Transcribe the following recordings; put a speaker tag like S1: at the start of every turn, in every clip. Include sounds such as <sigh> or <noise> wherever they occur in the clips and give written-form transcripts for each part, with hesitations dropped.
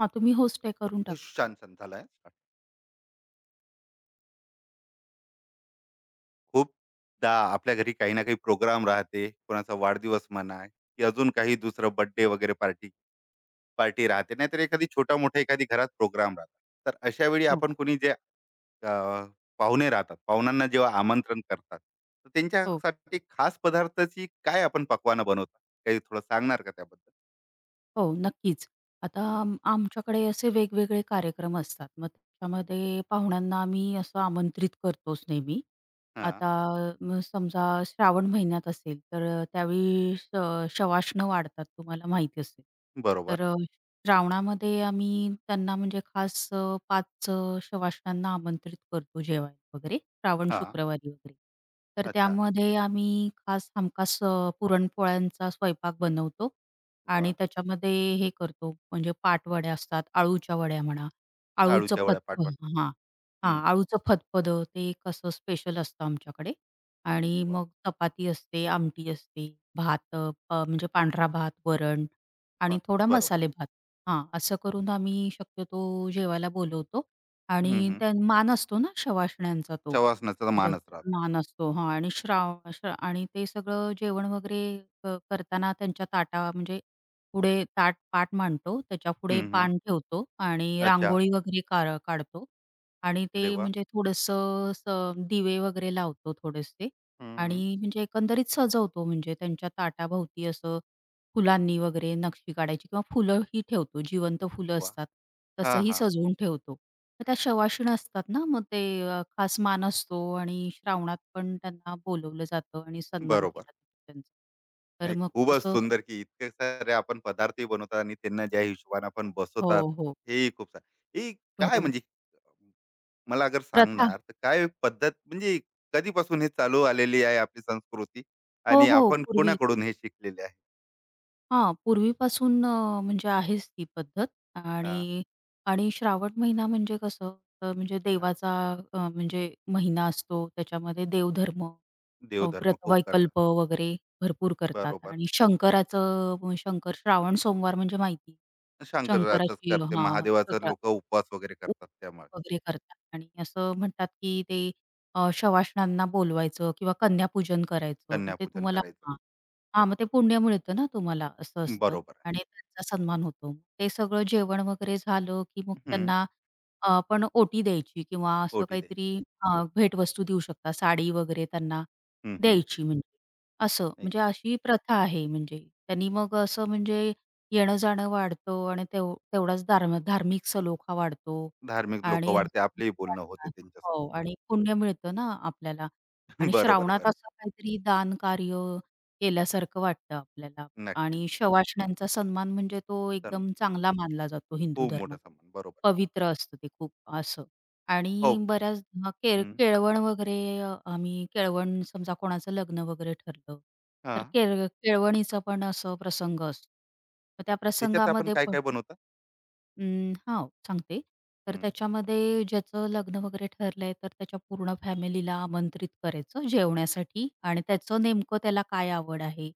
S1: हां, तुम्ही होस्ट आहे करून टाका.
S2: छान छान झालाय. खूपदा आपल्या घरी काही ना काही प्रोग्राम राहते. कोणाचा वाढदिवस म्हणा की अजून काही दुसरं बर्थडे वगैरे पार्टी पार्टी राहते. नाहीतर एखादी छोटा-मोठा एखादी घरात प्रोग्राम राहतात. तर अशा वेळी
S1: हो.
S2: आपण कोणी जे अ, पाहुणे राहतात, पाहुण्यांना जेव्हा आमंत्रण करतात, तर
S1: हो.
S2: त्यांच्यासाठी खास पदार्थाची काय आपण पकवानं बनवतात? काही थोडं सांगणार का त्याबद्दल?
S1: हो, नक्कीच. आता
S2: हं.
S1: आमच्याकडे असे वेगवेगळे कार्यक्रम असतात. मग त्याच्यामध्ये पाहुण्यांना आम्ही असं आमंत्रित करतोच नेहमी.
S2: हां.
S1: आता मग समजा श्रावण महिन्यात असेल, तर त्यावेळी शवासनं वाढतात तुम्हाला माहिती असेल.
S2: बरोबर.
S1: तर अ, श्रावणामध्ये आम्ही त्यांना म्हणजे खास 5 शवासनांना आमंत्रित करतो जेवायला वगैरे, श्रावण
S2: हां.
S1: शुक्रवारी वगैरे. तर
S2: अच्छा.
S1: त्यामध्ये आम्ही खास हमखास पुरणपोळ्यांचा स्वयंपाक बनवतो आणि
S2: वाह!
S1: त्याच्यामध्ये हे करतो म्हणजे पाटवड्या असतात, अळूच्या वड्या म्हणा, अळूचं
S2: आळूच्या वड्या पाठवा.
S1: फतफद हां,
S2: हं,
S1: हां,
S2: हं.
S1: अळूचं फतफदं ते एक असं स्पेशल असतं आमच्याकडे आणि
S2: वाह!
S1: मग चपाती असते, आमटी असते, भात अ, प म्हणजे पांढरा भात, वरण आणि
S2: वाह!
S1: थोडा
S2: बरोबर.
S1: मसाले भात. हां, असं करून आम्ही शक्यतो जेवायला बोलवतो आणि
S2: हं,
S1: त्या मान असतो ना शवासण्यांचा तो.
S2: शवासनाचा
S1: तर
S2: मानच राहतो.
S1: मान असतो हां आणि श्राव श्रा आणि ते सगळं जेवण वगैरे करताना त्यांच्या ताटा म्हणजे पुढे ताट पाट मांडतो, त्याच्यापुढे
S2: हं, हं,
S1: पान ठेवतो आणि
S2: अच्छा.
S1: रांगोळी वगैरे काढतो आणि
S2: अरे
S1: ते
S2: वाह!
S1: म्हणजे थोडंसं असं दिवे वगैरे लावतो थोडेसे
S2: हं, हं.
S1: आणि म्हणजे एकंदरीत सजवतो म्हणजे त्यांच्या ताटाभोवती असं फुलांनी वगैरे नक्षी काढायची किंवा फुलंही ठेवतो. जिवंत फुलं
S2: वाह!
S1: असतात,
S2: हां,
S1: तसंही
S2: हां.
S1: सजवून ठेवतो. मग त्या शवाशीण असतात ना, मग ते खास मान असतो आणि श्रावणात पण त्यांना बोलवलं जातं आणि सन्मान
S2: बरोबर.
S1: केला जातो त्यांचा. तर
S2: नाही
S1: मग
S2: खूपच
S1: तसं
S2: सुंदर की इतके सारे आपण पदार्थही बनवतात आणि त्यांना ज्या हिशोबाने आपण बसवतात,
S1: हो,
S2: हेही खूप छान. हे काय
S1: हो.
S2: म्हणजे मला अगर
S1: प्रथा
S2: सांगणार तर काय पद्धत म्हणजे कधीपासून हे चालू आलेली आहे आपली संस्कृती
S1: हो,
S2: आणि
S1: हो.
S2: आपण
S1: पूर्वी
S2: कोणाकडून हे शिकलेले आहे?
S1: हां, पूर्वीपासून म्हणजे आहेच ती पद्धत
S2: हां,
S1: आणि आणि श्रावण महिना म्हणजे कसं म्हणजे
S2: हां.
S1: देवाचा म्हणजे महिना असतो. त्याच्यामध्ये देवधर्म,
S2: देवधर्म खूप करतात.
S1: व्रतवैकल्प वगैरे भरपूर करतात
S2: बरोबर.
S1: आणि शंकराचं अ, शंकर श्रावण सोमवार म्हणजे माहिती.
S2: शंकराचंच
S1: शंकराची
S2: करते.
S1: हां,
S2: महादेवाचं
S1: सकाळ
S2: लोकं उपवास वगैरे करतात त्यामुळे
S1: वगैरे करतात आणि असं म्हणतात, की ते शवासणांना बोलवायचं किंवा कन्यापूजन करायचं. मग ते
S2: कन्यापूजन
S1: तुम्हाला
S2: करायचं.
S1: हां. हां, मग ते पुण्य मिळतं ना तुम्हाला असं असतं
S2: बरोबर आहे.
S1: आणि त्यांचा सन्मान होतो. ते सगळं जेवण वगैरे झालं, की मग
S2: हं. हं.
S1: त्यांना आपण ओटी द्यायची किंवा असं
S2: ओटी द्यायची.
S1: काहीतरी हां, भेटवस्तू देऊ शकता. साडी वगैरे त्यांना
S2: हं, हं.
S1: द्यायची म्हणजे. असं
S2: एक
S1: म्हणजे अशी प्रथा आहे म्हणजे. त्यांनी मग असं म्हणजे येणं-जाणं वाढतं आणि तेवढाच धार्मिक सलोखा वाढतो.
S2: धार्मिक लोकं
S1: आणि
S2: वाढते. आपलेही बोलणं होते
S1: वाढतात.
S2: त्यांच्यासोबत.
S1: हो आणि पुण्य मिळतं ना आपल्याला
S2: <laughs>
S1: आणि
S2: बरोबर,
S1: श्रावणात
S2: बरं.
S1: असं काहीतरी दानकार्य केल्यासारखं वाटतं आपल्याला
S2: नक्कीच,
S1: आणि
S2: नक्की. हं.
S1: शवाश्ण्यांचा सन्मान म्हणजे तो
S2: सन्मान.
S1: एकदम चांगला मानला जातो हिंदू
S2: खूप हं. मोठा
S1: धर्मात.
S2: सन्मान. बरोबर आहे.
S1: पवित्र असतं ते खूप असं
S2: हो.
S1: आणि बऱ्याच हां,
S2: हं.
S1: केळवण वगैरे आम्ही केळवण समजा कोणाचं लग्न वगैरे ठरलं, तर
S2: हां.
S1: केळवणीचा पण असं प्रसंग असतो. मग त्या
S2: त्याच्यात आपण
S1: प्रसंगामध्ये पण
S2: काय-काय बनवता?
S1: हां, सांगते. तर
S2: हं.
S1: त्याच्यामध्ये ज्याचं लग्न वगैरे ठरलंय, तर त्याच्या पूर्ण फॅमिलीला आमंत्रित करायचं जेवण्यासाठी आणि त्याचं नेमकं त्याला काय आवड आहे?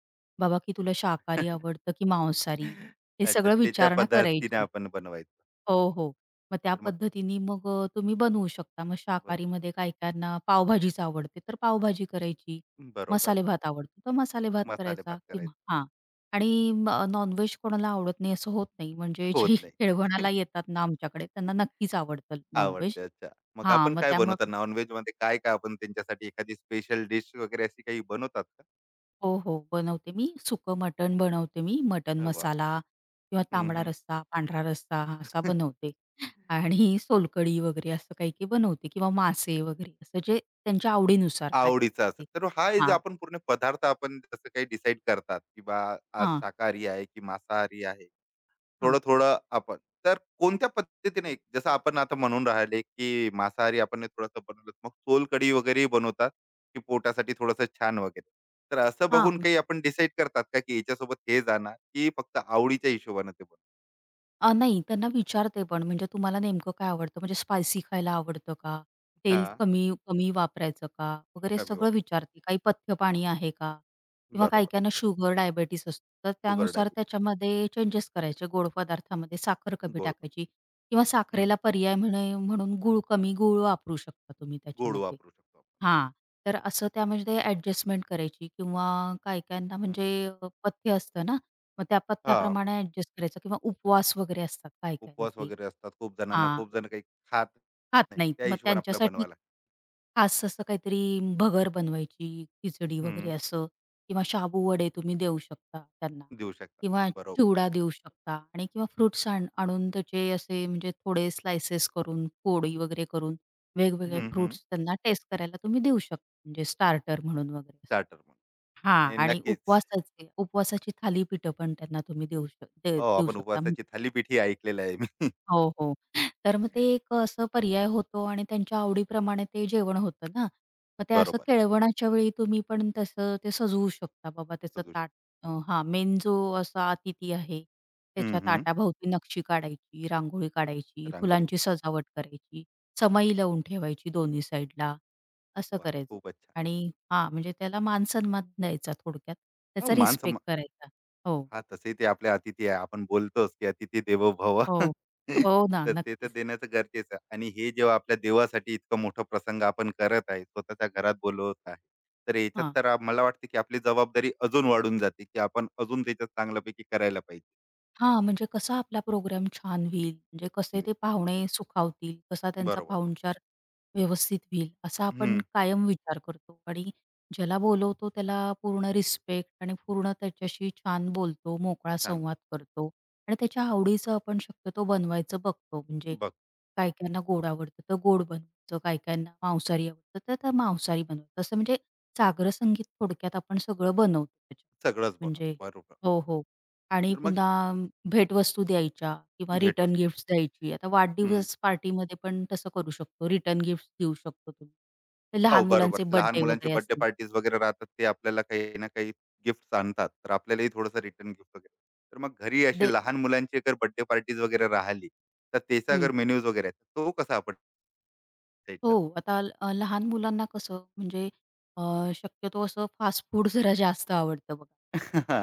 S1: बाबा, की तुला शाकाहारी
S2: <laughs>
S1: आवडतं की मांसाहारी? हे
S2: अच्छा.
S1: सगळं
S2: त्याच्या
S1: विचारणा
S2: पद्धतीने
S1: करायची.
S2: आपण बनवायचं.
S1: हो, हो. मग त्या
S2: तर मग
S1: पद्धतीने मग तुम्ही बनवू शकता. मग
S2: बनवू
S1: शाकाहारीमध्ये
S2: शकतो.
S1: काही-काहींना पावभाजीच आवडते, तर पावभाजी करायची.
S2: बरोबर.
S1: मसाले भात आवडतो, तर मसाले भात
S2: मसाले
S1: करायचा
S2: भात
S1: किंवा
S2: करायचा.
S1: हां. आणि नॉन-व्हेज कोणाला आवडत नाही असं होत नाही. म्हणजे जे
S2: होत
S1: <laughs>
S2: नाही.
S1: खेळवणाला
S2: <laughs>
S1: येतात ना आमच्याकडे त्यांना नक्कीच आवडतं नॉन-व्हेज.
S2: आवडते. अच्छा. मग
S1: हा
S2: आपण
S1: मग
S2: काय
S1: त्यामुळे
S2: बनवता? नॉन-व्हेजमध्ये काय-काय आपण त्यांच्यासाठी एखादी स्पेशल डिश वगैरे अशी काही बनवतात का?
S1: हो, हो. बनवते मी. सुकं मटण बनवते मी. मटण
S2: अरे वाह!
S1: मसाला किंवा
S2: हं,
S1: तांबडा
S2: हं.
S1: रस्सा, पांढरा रस्सा असा
S2: <laughs>
S1: बनवते आणि सोलकढी वगैरे असं काही-काही बनवते किंवा मासे वगैरे असं जे त्यांच्या आवडीनुसार काय
S2: आवडीचा असेल.
S1: ते.
S2: तर हा हे जे
S1: हां,
S2: आपण पूर्ण पदार्थ आपण जसं काही डिसाईड करतात, की बा आज
S1: हां,
S2: शाकाहारी आहे की मांसाहारी आहे.
S1: हां,
S2: थोडं-थोडं आपण तर कोणत्या पद्धतीने जसं आपण आता म्हणून राहिले, की मांसाहारी आपण हे थोडंसं बनवलं, मग सोलकढी वगैरेही बनवतात, की पोटासाठी थोडंसं छान वगैरे. तर असं बघून
S1: हां.
S2: काही आपण डिसाईड करतात का, की याच्यासोबत हे जाणार, की फक्त आवडीच्या हिशोबाने ते बनवतात?
S1: नाही, त्यांना विचारते पण, म्हणजे तुम्हाला नेमकं काय आवडतं? म्हणजे स्पायसी खायला आवडतं का? तेल
S2: हां.
S1: कमी कमी वापरायचं का? वगैरे
S2: कमी
S1: सगळं
S2: वापर.
S1: विचारते. काही पथ्य पाणी आहे का? किंवा
S2: बरोबर.
S1: काही-काहींना शुगर, डायबिटीज असतं, तर
S2: शुगर
S1: त्यानुसार
S2: डायबिटीज,
S1: त्याच्यामध्ये चेंजेस करायचे. गोड पदार्थामध्ये साखर कमी
S2: गोड.
S1: टाकायची किंवा
S2: हं.
S1: साखरेला पर्याय म्हणे म्हणून गूळ, कमी गूळ वापरू शकता तुम्ही
S2: गोड
S1: त्याच्यामध्ये.
S2: वापरू शकतो आपण.
S1: हां. तर असं त्यामध्ये ॲडजस्टमेंट करायची किंवा काही-काहींना
S2: हं.
S1: म्हणजे पथ्य असतं ना, मग त्या
S2: हां.
S1: पथ्याप्रमाणे ॲडजस्ट करायचं किंवा उपवास वगैरे असतात
S2: उपवास
S1: काही-काहींचे.
S2: वगैरे असतात खूप जणांना,
S1: हां.
S2: खूप जण काही खात
S1: खात
S2: नाही.
S1: नाहीत.
S2: त्या
S1: मग
S2: हिशोबाने आपल्याला
S1: त्यांच्यासाठी
S2: बनवावं लागतं.
S1: खास असं काहीतरी भगर बनवायची, खिचडी वगैरे असं किंवा शाबू वडे तुम्ही देऊ शकता त्यांना
S2: देऊ शकता.
S1: किंवा
S2: बरोबर.
S1: चिवडा देऊ शकता आणि किंवा फ्रुट्स आणून त्याचे असे म्हणजे थोडे स्लाइसेस करून, फोडी वगैरे करून वेगवेगळे
S2: हं, हं.
S1: फ्रुट्स त्यांना टेस्ट करायला तुम्ही देऊ शकता. म्हणजे स्टार्टर म्हणून वगैरे असं.
S2: स्टार्टर मग.
S1: हां
S2: नाही
S1: आणि
S2: नक्कीच.
S1: उपवासाची थालीपीठं पण त्यांना तुम्ही देऊ शक दे
S2: हो,
S1: देऊ
S2: आपण
S1: शकता.
S2: उपवासाची
S1: म्हणजे
S2: थालीपीठही ऐकलेलं आहे मी.
S1: हो, हो. तर मग ते एक असं पर्याय होतो आणि त्यांच्या आवडीप्रमाणे ते जेवण होतं ना. मग ते असं
S2: बरोबर.
S1: केळवणाच्या वेळी तुम्ही पण तसं ते सजवू शकता बाबा त्याचं
S2: सजू
S1: ताट.
S2: शकतो.
S1: हां, मेन जो असा अतिथी आहे,
S2: हं,
S1: त्याच्या
S2: हं.
S1: ताटाभोवती नक्षी काढायची, रांगोळी काढायची,
S2: रांगोळी
S1: फुलांची
S2: वगैरे.
S1: सजावट करायची, समई लावून ठेवायची दोन्ही साईडला, असं
S2: वाह!
S1: करायचं.
S2: खूपच छान.
S1: आणि हां, म्हणजे त्याला मान द्यायचा थोडक्यात.
S2: हो,
S1: त्याचा
S2: मान
S1: रिस्पेक्ट करायचा. हो,
S2: हां, तसेही ते आपले अतिथी आहे. आपण बोलतोच की "अतिथी देवो भव."
S1: हो.
S2: <laughs>
S1: हो ना,
S2: तर ते तर
S1: नक्कीच.
S2: देण्याचं गरजेचं आहे. आणि हे जेव्हा आपल्या देवासाठी इतकं मोठं प्रसंग आपण करत आहे, स्वतःच्या घरात बोलवत आहे. तर याच्यात तर आ मला वाटते की आपली जबाबदारी अजून वाढून जाते, की आपण अजून त्याच्यात चांगल्यापैकी करायला पाहिजे.
S1: हां, म्हणजे कसा आपला प्रोग्राम छान होईल, म्हणजे कसे ते पाहुणे सुखावतील, कसा त्यांचा
S2: बरोबर.
S1: पाहुणचार व्यवस्थित होईल, असा आपण
S2: हं,
S1: कायम विचार करतो आणि ज्याला बोलवतो त्याला पूर्ण रिस्पेक्ट आणि पूर्ण त्याच्याशी छान बोलतो, मोकळा
S2: छान.
S1: संवाद करतो आणि त्याच्या आवडीचं आपण शक्यतो बनवायचं बघतो. म्हणजे
S2: बघ
S1: काही-काहींना गोड आवडतं, तर गोड बनवायचं, काही-काहींना मांसाहारी आवडतं, तर त्या मांसाहारी बनवायचं. असं म्हणजे सागर संगीत थोडक्यात आपण सगळं बनवतो त्याच्यात.
S2: सगळंच
S1: म्हणजे
S2: बनवतो. बरोबर.
S1: हो, हो. आणि
S2: तर मग
S1: पुन्हा भेटवस्तू द्यायच्या किंवा रिटर्न
S2: भेटवस्तू.
S1: गिफ्ट्स द्यायची. आता वाढदिवस पार्टीमध्ये पण तसं करू शकतो. रिटर्न गिफ्ट्स देऊ शकतो तुम्ही. तर
S2: हो,
S1: लहान
S2: बरोबर.
S1: मुलांचे
S2: लहान
S1: बर्थडे
S2: मुलांची
S1: वगैरे
S2: बर्थडे
S1: असतील.
S2: पार्टीज वगैरे राहतात. ते आपल्याला काही ना काही गिफ्ट्स आणतात. तर आपल्यालाही थोडंसं रिटर्न गिफ्ट वगैरे. तर मग घरी अशी
S1: दे
S2: लहान मुलांची जर बर्थडे पार्टीज वगैरे राहिली, तर त्याचा
S1: हं.
S2: जर मेनूज वगैरे आहे, तो कसा आपण सेट
S1: हो,
S2: करतो?
S1: आता लहान मुलांना कसं म्हणजे शक्यतो असं फास्ट फूड जरा जास्त आवडतं बघा.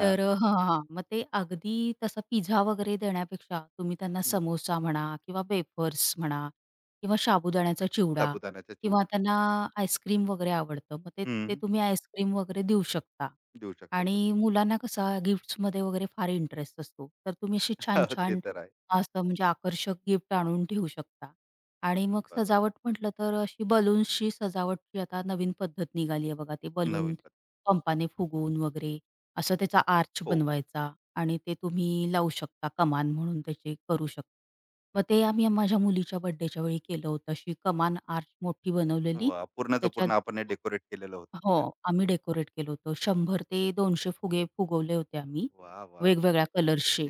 S1: तर हां, हां. मग ते अगदी तसा पिझ्झा वगैरे देण्यापेक्षा तुम्ही त्यांना
S2: हं,
S1: समोसा म्हणा किंवा वेफर्स म्हणा किंवा साबुदाण्याचा चिवडा
S2: साबुदाण्याचा
S1: किंवा
S2: चिवडा.
S1: त्यांना आईस्क्रीम वगैरे आवडतं. मग ते ते
S2: हं,
S1: तुम्ही आईस्क्रीम वगैरे देऊ शकता.
S2: देऊ शकता
S1: आणि
S2: छोटे-छोटे.
S1: मुलांना कसा गिफ्ट्समध्ये वगैरे फार इंटरेस्ट असतो. तर तुम्ही अशी
S2: <laughs> ते
S1: छान-छान
S2: तर आहे.
S1: असं म्हणजे आकर्षक गिफ्ट आणून ठेवू शकता. आणि मग
S2: बरोबर.
S1: सजावट म्हटलं तर अशी बलून्सची सजावटची आता नवीन पद्धत निघाली आहे बघा. ते बलून
S2: नवीन पत्ते.
S1: पंपाने फुगवून वगैरे असं त्याचा आर्च
S2: हो.
S1: बनवायचा आणि ते तुम्ही लावू शकता कमान म्हणून त्याची करू शकता. मग ते आम्ही माझ्या मुलीच्या बर्थडेच्या वेळी केलं होतं. अशी कमान आर्च मोठी बनवलेली
S2: वाह! पूर्णचं
S1: त्याच्यात
S2: पूर्ण आपण हे डेकोरेट केलेलं होतं
S1: हो,
S2: ते घर.
S1: आम्ही डेकोरेट केलं होतं. 100 ते 200 फुगे फुगवले होते आम्ही,
S2: वाह, वाह, वाह!
S1: वेगवेगळ्या कलर्सचे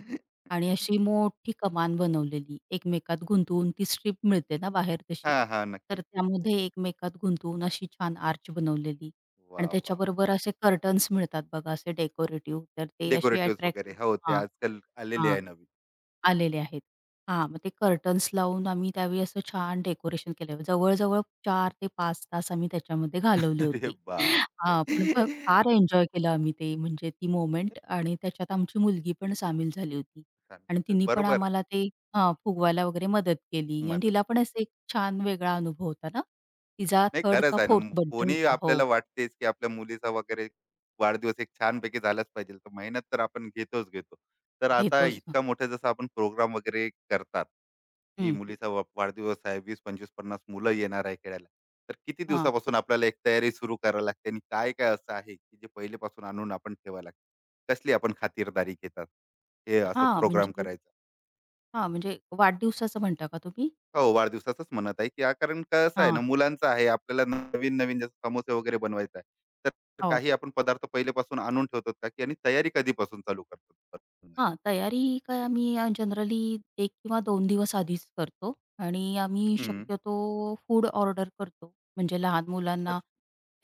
S1: आणि अशी मोठी कमान बनवलेली एकमेकात गुंतवून ती स्ट्रीप मिळते ना बाहेर तशी,
S2: हां, हां. <laughs>
S1: तर
S2: नक्की.
S1: त्यामध्ये एकमेकात गुंतवून अशी छान आर्च बनवलेली
S2: वाह,
S1: आणि
S2: वाह, वाह!
S1: त्याच्याबरोबर असे कर्टन्स मिळतात बघा असे डेकोरेटिव्ह, तर ते असे
S2: डेकोरेटिव्हज वगैरे. हो,
S1: अट्रॅक्टिव्ह
S2: ते आजकाल आलेले
S1: हां.
S2: आहे नवीन.
S1: आलेले आहेत. हां, मग ते कर्टन्स लावून आम्ही त्यावेळी असं छान डेकोरेशन केलं. जवळ-जवळ 4 ते 5 तास आम्ही त्याच्यामध्ये
S2: <laughs>
S1: घालवले
S2: अरे
S1: होते.
S2: बाप,
S1: हां,
S2: बापरे!
S1: पण फ
S2: <laughs>
S1: फार एन्जॉय केलं आम्ही ते म्हणजे ती मोमेंट आणि त्याच्यात आमची मुलगी पण सामील झाली होती आणि
S2: अरे
S1: तिने पण
S2: बरोबर
S1: आम्हाला ते हां, फुगवायला वगैरे मदत केली आणि
S2: मदत.
S1: तिला पण असा एक छान वेगळा अनुभव होता ना. तिचा
S2: नाही
S1: 3rd का 4th
S2: खरंच आहे ना.
S1: बर्थडे
S2: कोणीही
S1: होता. हो,
S2: आपल्याला वाटतेच, की आपल्या मुलीचा वगैरे वाढदिवस एक छानपैकी झालाच पाहिजे. तर मेहनत तर आपण घेतोच घेतो. तर आता
S1: घेतोच.
S2: इतका मोठा जसा आपण प्रोग्राम वगैरे करतात, की
S1: हं,
S2: मुलीचा वा वाढदिवस आहे, 20, 25, 50 मुलं येणार आहे खेळायला. तर किती
S1: हां.
S2: दिवसापासून आपल्याला एक तयारी सुरू करावी लागते आणि काय-काय असं आहे, की जे पहिलेपासून आणून आपण ठेवावं लागतं? कसली आपण खातिरदारी घेतात, हे असं
S1: हां,
S2: प्रोग्राम
S1: म्हणजे
S2: करायचं?
S1: हां, म्हणजे वाढदिवसाचं म्हणता का तुम्ही?
S2: हो, वाढदिवसाचंच म्हणत आहे, की हा, कारण कसं आहे
S1: हां,
S2: ना, मुलांचं आहे. आपल्याला नवीन-नवीन जसं समोसे वगैरे बनवायचे आहे. तर
S1: हो.
S2: काही आपण पदार्थ पहिलेपासून आणून ठेवतात का, की आणि तयारी कधीपासून चालू करतात? हं.
S1: हां, तयारी काय आम्ही जनरली 1 किंवा 2 दिवस आधीच करतो आणि आम्ही
S2: हं.
S1: शक्यतो फूड ऑर्डर करतो. म्हणजे लहान मुलांना
S2: अच्छा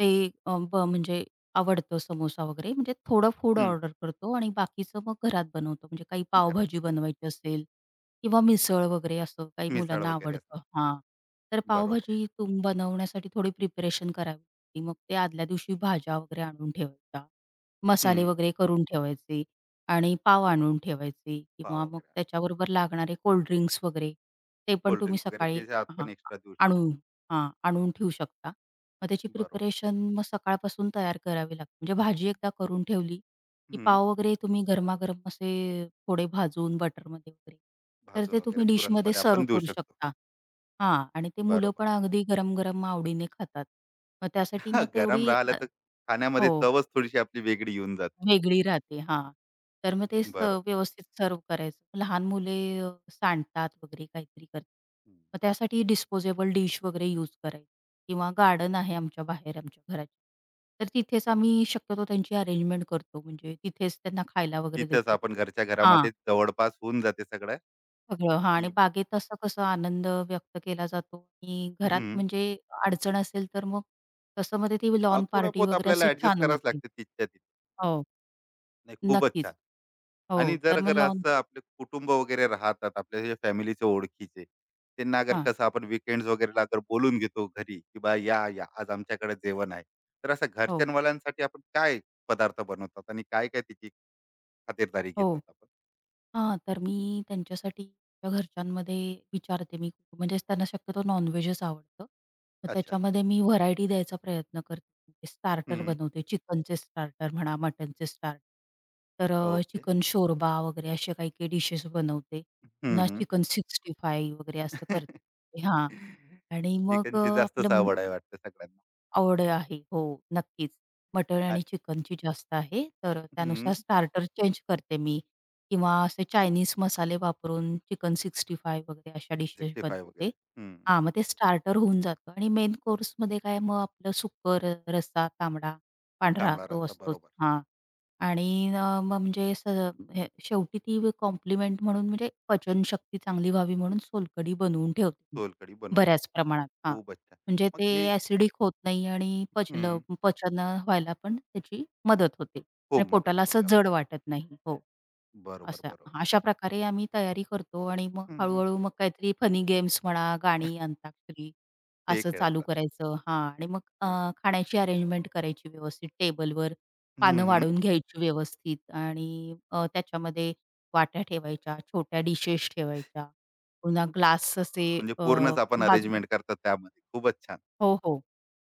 S1: ते अ, ब म्हणजे आवडतं समोसा वगैरे म्हणजे थोडं फूड
S2: हं.
S1: ऑर्डर करतो आणि बाकीचं मग घरात बनवतो. म्हणजे काही पावभाजी
S2: घरातच बनवतात.
S1: बनवायची असेल किंवा मिसळ वगैरे असं काही
S2: मिसळ
S1: मुलांना
S2: वगैरे असते.
S1: आवडतं हां. तर
S2: बरोबर.
S1: पावभाजी बनवण्यासाठी थोडी प्रिपरेशन करावी लागते. मग ते आदल्या दिवशी भाज्या वगैरे आणून ठेवायच्या. मसाले
S2: हं.
S1: वगैरे करून ठेवायचे. आणि पाव आणून ठेवायचे किंवा
S2: पाव
S1: मग
S2: वगैरे,
S1: त्याच्याबरोबर लागणारे कोल्ड ड्रिंक्स वगैरे ते पण तुम्ही
S2: कोल्ड्रिंक्स वगैरे
S1: सकाळी
S2: जे जे
S1: हां,
S2: आपण एक्स्ट्रा देऊ शकतो.
S1: आणून हां, आणून ठेवू शकता. मग त्याची
S2: बरोबर.
S1: प्रिपरेशन मग सकाळपासून तयार करावी लागते. म्हणजे भाजी एकदा करून ठेवली, की
S2: हं.
S1: पाव वगैरे तुम्ही गरमागरम असे थोडे भाजून बटरमध्ये वगैरे, तर
S2: भाजून
S1: ते
S2: वगैरे
S1: तुम्ही डिशमध्ये
S2: तुरंतमध्ये आपण
S1: सर्व्ह
S2: देऊ
S1: करू
S2: शकतो.
S1: शकता. हां आणि ते मुलं
S2: बरोबर.
S1: पण अगदी गरम-गरम आवडीने खातात. मग
S2: <laughs>
S1: त्यासाठी
S2: हां,
S1: मग
S2: गरम
S1: तेवढी
S2: राहिलं तर खाण्यामध्ये
S1: हो.
S2: चवच थोडीशी आपली वेगळी येऊन जाते.
S1: वेगळी राहते. हां. तर मग ते स
S2: बरोबर.
S1: व्यवस्थित सर्व्ह करायचं. लहान मुले सांडतात वगैरे काहीतरी करतात. मग त्यासाठी डिस्पोजेबल डिश वगैरे यूज करायची किंवा गार्डन आहे आमच्या बाहेर आमच्या घराच्या. तर तिथेच आम्ही शक्यतो त्यांची अरेंजमेंट करतो. म्हणजे तिथेच त्यांना खायला वगैरे
S2: तिथेच
S1: देतो.
S2: आपण घरच्या
S1: हां.
S2: घरामध्ये जवळपास होऊन जाते सगळं
S1: सगळं हां आणि
S2: की
S1: बागेत असं कसं आनंद व्यक्त केला जातो आणि घरात
S2: हं,
S1: म्हणजे अडचण असेल तर मग तसं मध्ये ती लॉन
S2: थोडं
S1: पार्टी
S2: बहुत
S1: वगैरे
S2: आपल्याला
S1: अशी
S2: ऍडजस्ट
S1: छान
S2: करावंच
S1: वाटते.
S2: लागते तिथच्या तिथे.
S1: हो,
S2: नाही खूपच छान.
S1: नक्कीच.
S2: आणि
S1: हो,
S2: जर
S1: तर मग
S2: अगर
S1: लॉन
S2: असं आपले कुटुंब वगैरे राहतात आपल्या जे फॅमिलीचे ओळखीचे त्यांना अगर
S1: हां.
S2: कसं आपण विकेंड्स वगैरेला अगर बोलून घेतो घरी की बा या या आज आमच्याकडे जेवण आहे, तर असं
S1: हो,
S2: घरच्यांवाल्यांसाठी आपण काय पदार्थ बनवतात आणि काय काय तिची खातिरदारी घेतात
S1: हो.
S2: आपण?
S1: हां, तर मी त्यांच्यासाठी आमच्या घरच्यांमध्ये विचारते मी खूप- म्हणजे त्यांना शक्यतो नॉन-व्हेजच आवडतं. मग
S2: अच्छा.
S1: त्याच्यामध्ये मी व्हरायटी द्यायचा प्रयत्न करते. म्हणजे स्टार्टर
S2: हम्म,
S1: बनवते. चिकनचे स्टार्टर म्हणा, मटनचे स्टार्टर. तर
S2: हो ओके.
S1: चिकन शोरबा वगैरे असे काही-काही डिशेस बनवते.
S2: हम्म,
S1: पुन्हा
S2: हम्म.
S1: चिकन 65 वगैरे असं
S2: <laughs>
S1: करते. हां. आणि मग
S2: चिकनची जास्तच
S1: आपलं
S2: आवड आहे वाटतं सगळ्यांना.
S1: आवड आहे. हो, नक्कीच. मटण
S2: आ-
S1: आणि चिकनची जास्त आहे. तर
S2: हम्म.
S1: त्यानुसार स्टार्टर चेंज करते मी किंवा असे चायनीज मसाले वापरून चिकन 65 वगैरे अशा डिशेस
S2: 65
S1: बनवते.
S2: वगैरे. हं.
S1: हां, मग ते स्टार्टर होऊन जातं आणि मेन कोर्समध्ये काय मग आपलं सुकं रस्सा, तांबडा, पांढरा
S2: कांबळा
S1: तो
S2: रस्सा
S1: असतोच.
S2: बरोबर.
S1: हां. आणि अ, मग म्हणजे स हे शेवटी ती कॉम्प्लिमेंट म्हणून म्हणजे पचनशक्ती चांगली व्हावी म्हणून सोलकढी बनवून ठेवते म्हणजे
S2: सोलकढी बनवून ठेव.
S1: बऱ्याच प्रमाणात. हां.
S2: खूपच छान.
S1: म्हणजे
S2: मग
S1: ते
S2: हे
S1: ॲसिडिक होत नाही आणि
S2: हं.
S1: पचन व्हायला पण त्याची मदत होते
S2: खूप
S1: आणि
S2: मदत
S1: पोटाला असं
S2: होते
S1: जड
S2: आपल्याला.
S1: वाटत नाही. हो,
S2: बरोबर,
S1: असं.
S2: बरोबर.
S1: अशा प्रकारे आम्ही तयारी करतो आणि मग
S2: हं, हं.
S1: हळू-हळू मग काहीतरी फनी गेम्स म्हणा, गाणी, अंताक्षरी
S2: ते
S1: असं
S2: खेळत
S1: चालू
S2: राहतात.
S1: करायचं. हां आणि मग
S2: नाही
S1: खाण्याची अरेंजमेंट करायची व्यवस्थित टेबलवर.
S2: हं,
S1: पानं
S2: हं.
S1: वाढून घ्यायची व्यवस्थित आणि त्याच्यामध्ये वाट्या ठेवायच्या, छोट्या डिशेस ठेवायच्या. पुन्हा ग्लास असे
S2: म्हणजे पूर्णच आपण
S1: बाजू
S2: अरेंजमेंट करतात त्यामध्ये. खूपच छान.
S1: हो, हो.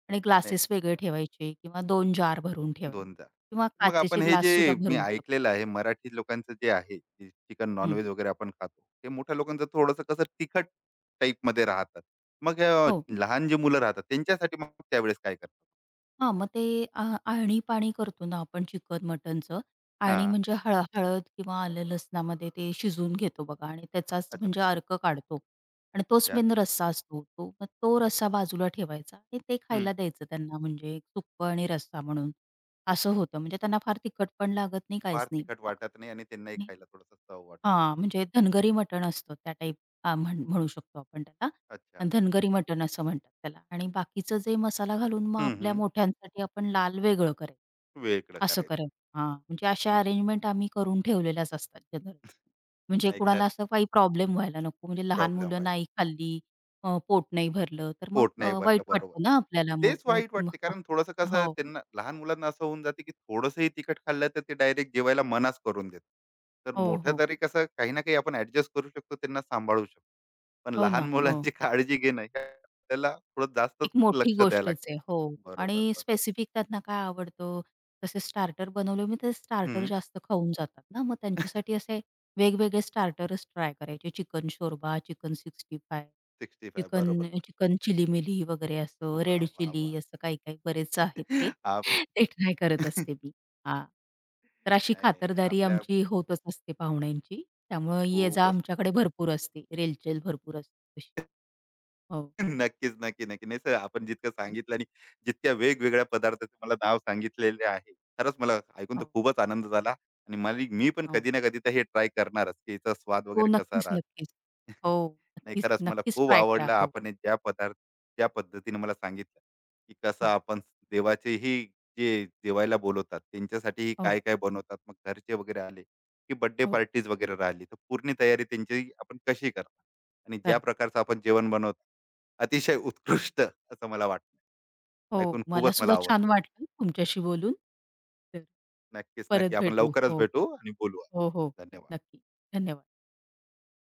S1: आणि
S2: नाही
S1: ग्लासेस वेगळे ठेवायचे किंवा 2 जार भरून ठेवायचे
S2: 2.
S1: किंवा
S2: मग आपण
S1: काचेचे
S2: हे जे
S1: ग्लाससुद्धा
S2: मी
S1: भरून ठेवा
S2: ऐकलेलं आहे मराठी लोकांचं जे आहे, जे चिकन
S1: हं.
S2: नॉन-व्हेज वगैरे आपण खातो. ते मोठ्या लोकांचं थोडंसं कसं तिखट टाइपमध्ये राहतात. मग
S1: हो.
S2: लहान जी मुलं राहतात त्यांच्यासाठी मग त्यावेळेस काय करतात?
S1: हां, मग ते आ आळणी-पाणी करतो ना आपण चिकन, मटणचं आणि
S2: हां.
S1: म्हणजे हळद किंवा आलं लसणामध्ये ते शिजवून घेतो बघा आणि त्याचाच
S2: अच्छा.
S1: म्हणजे अर्क काढतो आणि तोच मेन रस्सा असतो. तो मग तो रस्सा बाजूला ठेवायचा आणि ते
S2: हं.
S1: खायला द्यायचं त्यांना म्हणजे सुक्कं आणि रस्सा म्हणून. असं होतं म्हणजे त्यांना फार तिखट पण लागत नाही,
S2: फार
S1: काहीच नाही.
S2: तिखट वाटत नाही आणि त्यांनाही खायला थोडासा चव वाटून
S1: हां,
S2: जातो.
S1: म्हणजे धनगरी मटण असतो त्या टाईप अ, म्हण म्हणू शकतो आपण त्याला.
S2: अच्छा.
S1: आणि धनगरी मटण असं म्हणतात त्याला आणि बाकीचं जे मसाला घालून मग
S2: हम्म
S1: आपल्या
S2: हम्म.
S1: मोठ्यांसाठी आपण लाल वेगळं करेल.
S2: वेगळं
S1: असं
S2: करायचं.
S1: करेल. हां, म्हणजे अशा अरेंजमेंट आम्ही करून ठेवलेल्याच असतात जनरल. म्हणजे
S2: नाही तर
S1: कुणाला असं काही प्रॉब्लेम व्हायला नको. म्हणजे लहान
S2: प्रॉब्लेम
S1: मुलं
S2: व्हायला.
S1: नाही खाल्ली, पोट नाही भरलं, तर मग
S2: पोट नाही
S1: वाईट
S2: भरलं बरोबर.
S1: वाटतं ना आपल्याला मग.
S2: तेच
S1: मग
S2: वाईट
S1: मग
S2: वाटते कारण थोडंसं कसं
S1: हो,
S2: त्यांना लहान मुलांना असं होऊन जाते की थोडंसंही तिखट खाल्लं तर ते डायरेक्ट जेवायला मनाच करून देतात. तर
S1: हो,
S2: मोठं
S1: हो.
S2: तरी कसं काही ना काही आपण ऍडजस्ट करू शकतो त्यांना सांभाळू शकतो. पण
S1: हो
S2: लहान
S1: ना. हो.
S2: मुलांची काळजी घेणं हे आपल्याला थोडं जास्तच
S1: एक मोठी
S2: लक्ष द्यायला
S1: गोष्टच आहे.
S2: लागतं.
S1: हो
S2: बरोबर
S1: आणि
S2: बरोबर.
S1: स्पेसिफिक त्यांना काय आवडतं, तसे स्टार्टर बनवले मी ते स्टार्टर
S2: हम्म.
S1: जास्त खाऊन जातात ना, मग
S2: <laughs>
S1: त्यांच्यासाठी असे वेगवेगळे स्टार्टरच ट्राय करायचे. चिकन शोरबा, चिकन 65,
S2: सिक्स्टी फाय बरोबर.
S1: चिकन चिकन चिली-मिली वगैरे असं,
S2: वा
S1: रेड
S2: वा वा.
S1: चिली असं काही-काही बरेच आहेत ते.
S2: आप
S1: ते ट्राय करत असते मी. हां. तर अशी
S2: नाही, नाही, नाही.
S1: खातरदारी
S2: आपल्या
S1: आमची होतच असते पाहुण्यांची. त्यामुळे ये-जा
S2: खूपच.
S1: आमच्याकडे भरपूर असते. रेलचेल भरपूर असते तशी. हो,
S2: <laughs> नक्कीच, नक्की, नक्की. नाही सर, आपण जितकं सांगितलं आणि जितक्या वेगवेगळ्या पदार्थाचे मला नाव सांगितलेले आहे. खरंच मला ऐकून तर
S1: हो,
S2: खूपच आनंद झाला आणि मला मी पण
S1: हो.
S2: कधी ना कधी तर हे ट्राय करणारच, की याचा स्वाद
S1: हो,
S2: वगैरे कसा
S1: नक्कीच,
S2: राहते.
S1: नक्कीच. हो,
S2: <laughs> नाही
S1: नक्कीच,
S2: खरंच मला
S1: नक्कीच
S2: खूप
S1: ट्राय करा.
S2: आवडलं
S1: हो,
S2: आपण हे ज्या पदार्थ ज्या पद्धतीने मला सांगितलं की कसं
S1: हो,
S2: आपण देवाचेही जे जेवायला बोलवतात त्यांच्यासाठीही
S1: हो,
S2: काय काय बनवतात मग घरचे वगैरे आले की बर्थडे
S1: हो,
S2: पार्टीज वगैरे राहिली तर पूर्ण तयारी त्यांची आपण कशी करतात आणि ज्या
S1: खरंच.
S2: प्रकारचं आपण जेवण बनवतो अतिशय उत्कृष्ट असं मला वाटलं
S1: हो,
S2: ऐकून
S1: मला
S2: खूपच मला
S1: सुद्धा
S2: आवडलं.
S1: छान वाटलं तुमच्याशी बोलून. तर
S2: नक्कीच नक्की
S1: परत
S2: आपण
S1: भेटू.
S2: लवकरच
S1: हो,
S2: भेटू आणि बोलू.
S1: हो, हो,
S2: धन्यवाद.
S1: नक्की. धन्यवाद.